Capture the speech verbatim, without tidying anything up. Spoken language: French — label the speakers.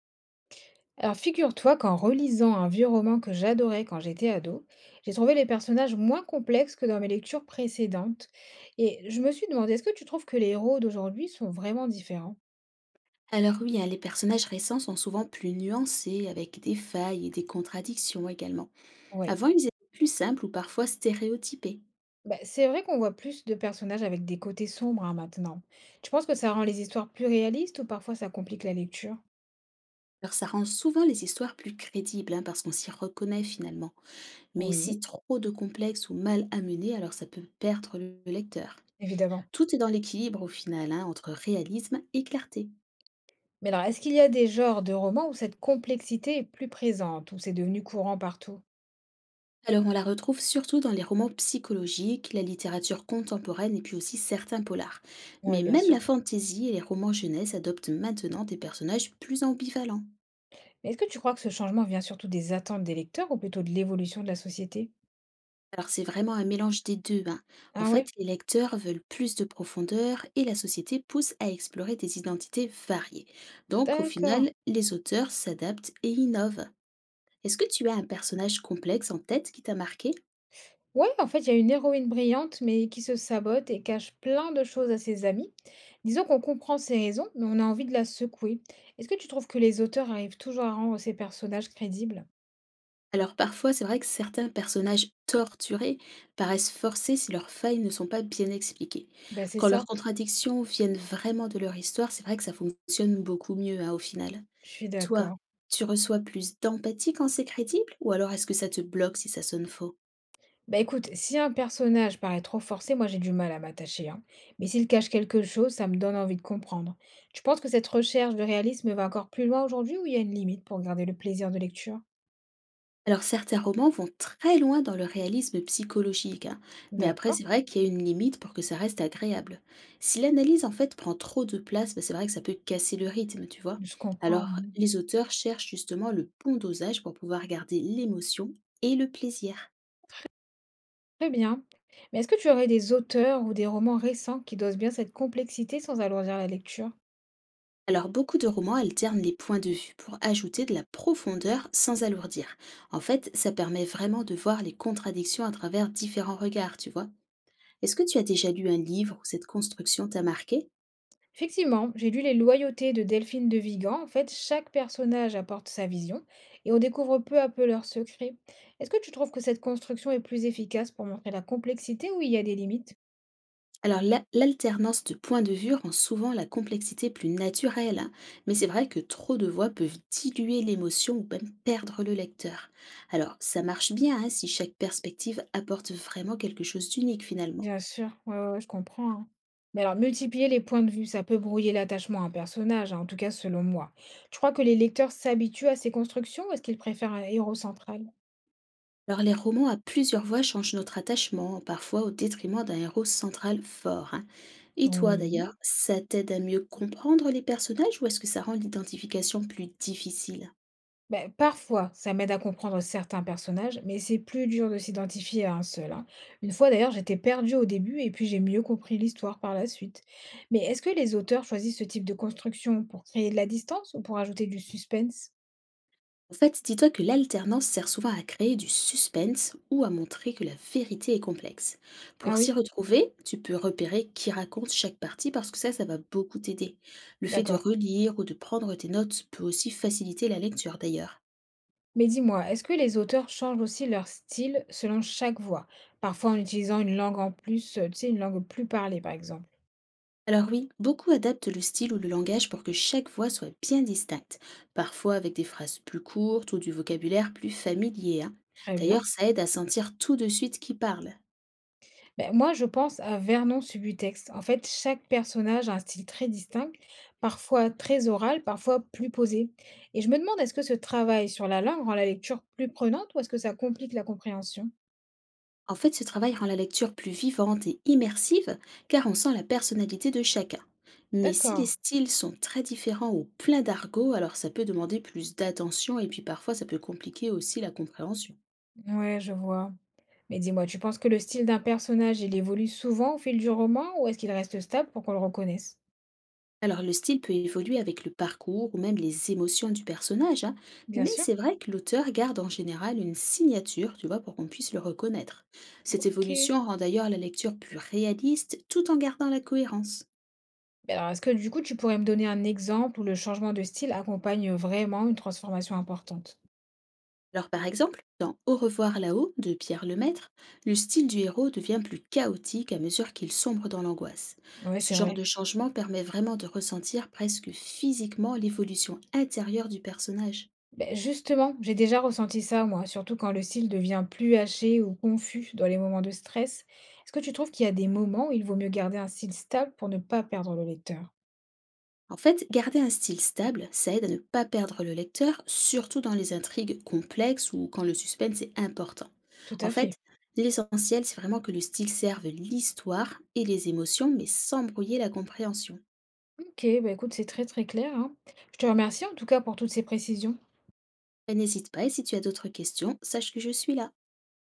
Speaker 1: Alors figure-toi qu'en relisant un vieux roman que j'adorais quand j'étais ado, j'ai trouvé les personnages moins complexes que dans mes lectures précédentes. Et je me suis demandé, est-ce que tu trouves que les héros d'aujourd'hui sont vraiment différents?
Speaker 2: Alors oui, hein, les personnages récents sont souvent plus nuancés, avec des failles et des contradictions également.
Speaker 1: Oui.
Speaker 2: Avant, ils étaient plus simples ou parfois stéréotypés.
Speaker 1: Bah, c'est vrai qu'on voit plus de personnages avec des côtés sombres hein, maintenant. Tu penses que ça rend les histoires plus réalistes ou parfois ça complique la lecture?
Speaker 2: Alors ça rend souvent les histoires plus crédibles, hein, parce qu'on s'y reconnaît finalement. Mais si
Speaker 1: Oui,
Speaker 2: trop de complexes ou mal amenés, alors ça peut perdre le le lecteur.
Speaker 1: évidemment.
Speaker 2: Tout est dans l'équilibre au final, hein, entre réalisme et clarté.
Speaker 1: Mais alors, est-ce qu'il y a des genres de romans où cette complexité est plus présente, où c'est devenu courant partout?
Speaker 2: Alors, on la retrouve surtout dans les romans psychologiques, la littérature contemporaine et puis aussi certains polars.
Speaker 1: Oui,
Speaker 2: Mais
Speaker 1: bien
Speaker 2: même la
Speaker 1: sûr.
Speaker 2: fantasy et les romans jeunesse adoptent maintenant des personnages plus ambivalents.
Speaker 1: Mais est-ce que tu crois que ce changement vient surtout des attentes des lecteurs ou plutôt de l'évolution de la société?
Speaker 2: Alors, c'est vraiment un mélange des deux, hein. En
Speaker 1: Ah
Speaker 2: fait,
Speaker 1: ouais?
Speaker 2: les lecteurs veulent plus de profondeur et la société pousse à explorer des identités variées. Donc, au
Speaker 1: D'accord.
Speaker 2: final, les auteurs s'adaptent et innovent. Est-ce que tu as un personnage complexe en tête qui t'a marqué?
Speaker 1: Ouais, en fait, il y a une héroïne brillante, mais qui se sabote et cache plein de choses à ses amis. Disons qu'on comprend ses raisons, mais on a envie de la secouer. Est-ce que tu trouves que les auteurs arrivent toujours à rendre ces personnages crédibles?
Speaker 2: Alors parfois, c'est vrai que certains personnages torturés paraissent forcés si leurs failles ne sont pas bien expliquées.
Speaker 1: Ben c'est
Speaker 2: Quand
Speaker 1: ça,
Speaker 2: leurs contradictions viennent vraiment de leur histoire, c'est vrai que ça fonctionne beaucoup mieux, hein, au final.
Speaker 1: je suis
Speaker 2: Toi,
Speaker 1: d'accord.
Speaker 2: tu reçois plus d'empathie quand c'est crédible ou alors est-ce que ça te bloque si ça sonne faux?
Speaker 1: Bah écoute, si un personnage paraît trop forcé, moi j'ai du mal à m'attacher, hein. Mais s'il cache quelque chose, ça me donne envie de comprendre. Tu penses que cette recherche de réalisme va encore plus loin aujourd'hui ou il y a une limite pour garder le plaisir de lecture?
Speaker 2: Alors certains romans vont très loin dans le réalisme psychologique, hein, mais après
Speaker 1: D'accord,
Speaker 2: c'est vrai qu'il y a une limite pour que ça reste agréable. Si l'analyse en fait prend trop de place, bah, c'est vrai que ça peut casser le rythme, tu vois.
Speaker 1: je comprends.
Speaker 2: Alors
Speaker 1: Mhm.
Speaker 2: les auteurs cherchent justement le bon dosage pour pouvoir garder l'émotion et le plaisir.
Speaker 1: Très bien. Mais est-ce que tu aurais des auteurs ou des romans récents qui dosent bien cette complexité sans alourdir la lecture?
Speaker 2: Alors beaucoup de romans alternent les points de vue pour ajouter de la profondeur sans alourdir. En fait, ça permet vraiment de voir les contradictions à travers différents regards, tu vois. Est-ce que tu as déjà lu un livre où cette construction t'a marqué?
Speaker 1: Effectivement, j'ai lu Les Loyautés de Delphine de Vigan. En fait, chaque personnage apporte sa vision et on découvre peu à peu leurs secrets. Est-ce que tu trouves que cette construction est plus efficace pour montrer la complexité ou il y a des limites?
Speaker 2: Alors la- l'alternance de points de vue rend souvent la complexité plus naturelle, hein, mais c'est vrai que trop de voix peuvent diluer l'émotion ou même perdre le lecteur. Alors ça marche bien, hein, si chaque perspective apporte vraiment quelque chose d'unique finalement.
Speaker 1: Bien sûr, ouais, ouais, ouais, je comprends, hein. Mais alors, multiplier les points de vue, ça peut brouiller l'attachement à un personnage, hein, en tout cas selon moi. Tu crois que les lecteurs s'habituent à ces constructions ou est-ce qu'ils préfèrent un héros central?
Speaker 2: Alors les romans à plusieurs voix changent notre attachement, parfois au détriment d'un héros central fort, hein. Et toi
Speaker 1: Oui.
Speaker 2: d'ailleurs, ça t'aide à mieux comprendre les personnages ou est-ce que ça rend l'identification plus difficile?
Speaker 1: Ben parfois, ça m'aide à comprendre certains personnages, mais c'est plus dur de s'identifier à un seul, hein. Une fois d'ailleurs, j'étais perdue au début et puis j'ai mieux compris l'histoire par la suite. Mais est-ce que les auteurs choisissent ce type de construction pour créer de la distance ou pour ajouter du suspense?
Speaker 2: En fait, dis-toi que l'alternance sert souvent à créer du suspense ou à montrer que la vérité est complexe. Pour
Speaker 1: Ah
Speaker 2: s'y
Speaker 1: oui,
Speaker 2: retrouver, tu peux repérer qui raconte chaque partie parce que ça, ça va beaucoup t'aider. Le fait de
Speaker 1: d'accord.
Speaker 2: relire ou de prendre tes notes peut aussi faciliter la lecture d'ailleurs.
Speaker 1: Mais dis-moi, est-ce que les auteurs changent aussi leur style selon chaque voix? Parfois en utilisant une langue en plus, euh, tu sais, une langue plus parlée par exemple.
Speaker 2: Alors oui, beaucoup adaptent le style ou le langage pour que chaque voix soit bien distincte, parfois avec des phrases plus courtes ou du vocabulaire plus familier, hein.
Speaker 1: Très bien.
Speaker 2: D'ailleurs, ça aide à sentir tout de suite qui parle.
Speaker 1: Beh, moi, je pense à Vernon Subutex. En fait, chaque personnage a un style très distinct, parfois très oral, parfois plus posé. Et je me demande, est-ce que ce travail sur la langue rend la lecture plus prenante ou est-ce que ça complique la compréhension?
Speaker 2: En fait, ce travail rend la lecture plus vivante et immersive car on sent la personnalité de chacun. Mais si les
Speaker 1: D'accord.
Speaker 2: styles sont très différents ou pleins d'argot, alors ça peut demander plus d'attention et puis parfois ça peut compliquer aussi la compréhension.
Speaker 1: Ouais, je vois. Mais dis-moi, tu penses que le style d'un personnage, il évolue souvent au fil du roman ou est-ce qu'il reste stable pour qu'on le reconnaisse?
Speaker 2: Alors le style peut évoluer avec le parcours ou même les émotions du personnage, hein,
Speaker 1: Bien
Speaker 2: mais
Speaker 1: sûr.
Speaker 2: c'est vrai que l'auteur garde en général une signature, tu vois, pour qu'on puisse le reconnaître. Cette
Speaker 1: Ok.
Speaker 2: évolution rend d'ailleurs la lecture plus réaliste tout en gardant la cohérence.
Speaker 1: Mais alors, est-ce que du coup, tu pourrais me donner un exemple où le changement de style accompagne vraiment une transformation importante?
Speaker 2: Alors par exemple, dans Au revoir là-haut de Pierre Lemaître, le style du héros devient plus chaotique à mesure qu'il sombre dans l'angoisse.
Speaker 1: Ouais,
Speaker 2: Ce
Speaker 1: c'est
Speaker 2: genre
Speaker 1: vrai.
Speaker 2: de changement permet vraiment de ressentir presque physiquement l'évolution intérieure du personnage.
Speaker 1: Beh, justement, j'ai déjà ressenti ça, moi, surtout quand le style devient plus haché ou confus dans les moments de stress. Est-ce que tu trouves qu'il y a des moments où il vaut mieux garder un style stable pour ne pas perdre le lecteur?
Speaker 2: En fait, garder un style stable, ça aide à ne pas perdre le lecteur, surtout dans les intrigues complexes ou quand le suspense est important.
Speaker 1: Tout
Speaker 2: En
Speaker 1: à fait.
Speaker 2: fait, l'essentiel, c'est vraiment que le style serve l'histoire et les émotions, mais sans brouiller la compréhension.
Speaker 1: Ok, bah écoute, c'est très très clair, hein. Je te remercie en tout cas pour toutes ces précisions.
Speaker 2: Ben, n'hésite pas et si tu as d'autres questions, sache que je suis là.